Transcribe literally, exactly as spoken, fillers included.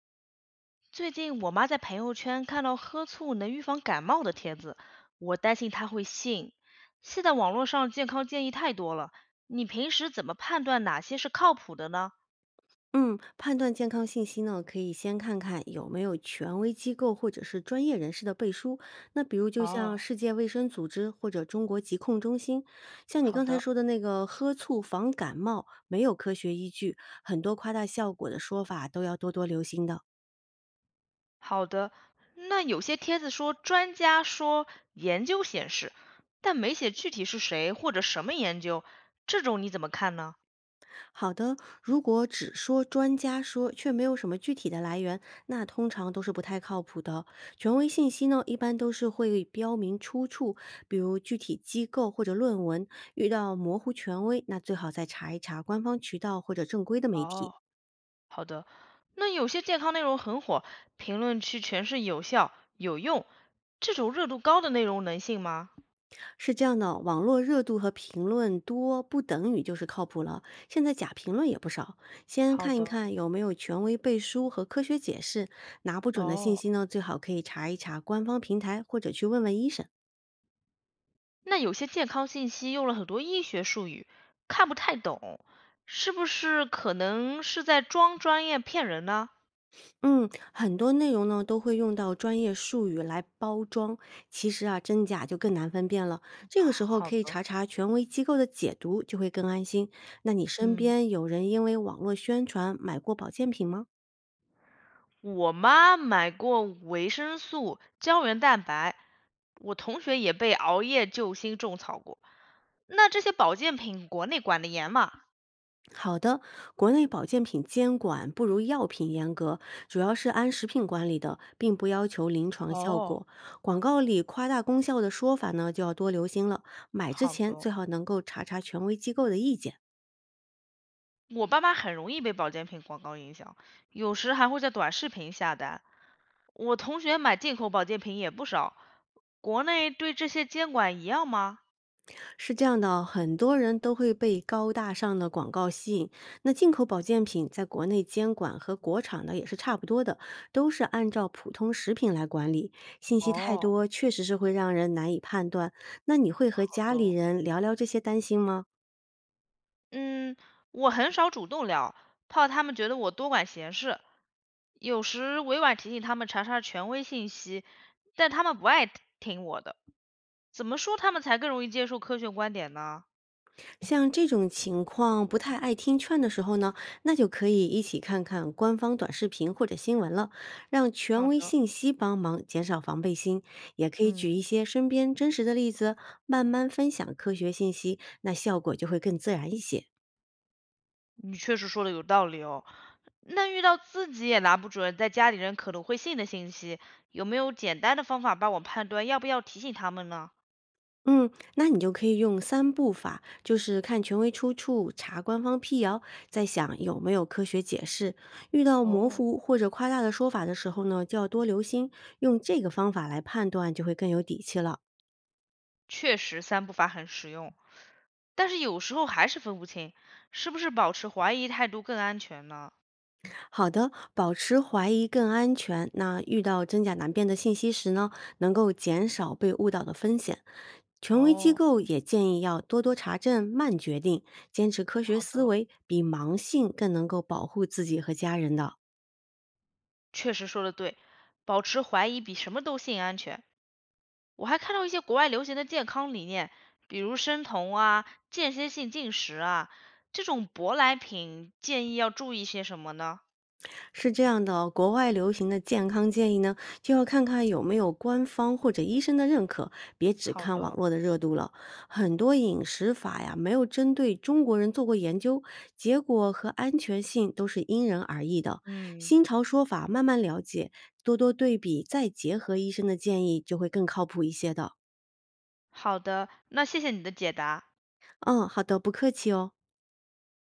最近我妈在朋友圈看到喝醋能预防感冒的帖子，我担心她会信。现在网络上健康建议太多了，你平时怎么判断哪些是靠谱的呢？嗯，判断健康信息呢，可以先看看有没有权威机构或者是专业人士的背书。那比如就哦，像世界卫生组织或者中国疾控中心，像你好刚才的，说的那个喝醋防感冒，没有科学依据，很多夸大效果的说法都要多多留心的。好的，那有些帖子说专家说研究显示，但没写具体是谁或者什么研究，这种你怎么看呢？好的，如果只说专家说，却没有什么具体的来源，那通常都是不太靠谱的。权威信息呢，一般都是会标明出处，比如具体机构或者论文。遇到模糊权威，那最好再查一查官方渠道或者正规的媒哦。体。好的，那有些健康内容很火，评论区全是有效、有用，这种热度高的内容能信吗？是这样的，网络热度和评论多不等于就是靠谱了。现在假评论也不少，先好看一的，看有没有权威背书和科学解释。拿不准的信哦，息呢，最好可以查一查官方平台，或者去问问医生。那有些健康信息用了很多医学术语，看不太懂，是不是可能是在装专业骗人呢？嗯，很多内容呢都会用到专业术语来包装，其实啊真假就更难分辨了。这个时候好可以的，查查权威机构的解读，就会更安心。那你身嗯，边有人因为网络宣传买过保健品吗？我妈买过维生素、胶原蛋白，我同学也被熬夜救星种草过。那这些保健品国内管得严吗？好的，国内保健品监管不如药品严格，主要是按食品管理的，并不要求临床效哦，果。广告里夸大功效的说法呢，就要多留心了。买之好的前最哦，好能够查查权威机构的意见。我爸妈很容易被保健品广告影响，有时还会在短视频下单。我同学买进口保健品也不少，国内对这些监管一样吗？是这样的哦，很多人都会被高大上的广告吸引。那进口保健品在国内监管和国产的也是差不多的，都是按照普通食品来管理。信息太哦，多，确实是会让人难以判断。那你会和好家里的。人聊聊这些担心吗？嗯，我很少主动聊，怕他们觉得我多管闲事。有时委婉提醒他们查查权威信息，但他们不爱听我的。怎么说他们才更容易接受科学观点呢？像这种情况不太爱听劝的时候呢，那就可以一起看看官方短视频或者新闻了，让权好威的，信息帮忙减少防备心。也可以举一嗯，些身边真实的例子，慢慢分享科学信息，那效果就会更自然一些。你确实说的有道理哦。那遇到自己也拿不准，在家里人可能会信的信息，有没有简单的方法帮我判断要不要提醒他们呢？嗯，那你就可以用三步法，就是看权威出处、查官方辟谣，再想有没有科学解释。遇到模哦，糊或者夸大的说法的时候呢，就要多留心，用这个方法来判断，就会更有底气了。确实，三步法很实用，但是有时候还是分不清，是不是保持怀疑态度更安全呢？好的，保持怀疑更安全。那遇到真假难辨的信息时呢，能够减少被误导的风险。权威机哦，构也建议要多多查证、慢决定，坚持科学好思的，维，比盲信更能够保护自己和家人的。确实说的对，保持怀疑比什么都信安全。我还看到一些国外流行的健康理念，比如生酮啊、间歇性进食啊，这种舶来品建议要注意些什么呢？是这样的哦，国外流行的健康建议呢，就要看看有没有官方或者医生的认可，别只好看网的。络的热度了。很多饮食法呀，没有针对中国人做过研究，结果和安全性都是因人而异的。嗯，新潮说法慢慢了解，多多对比，再结合医生的建议，就会更靠谱一些的。好的，那谢谢你的解答。嗯，好的，不客气哦。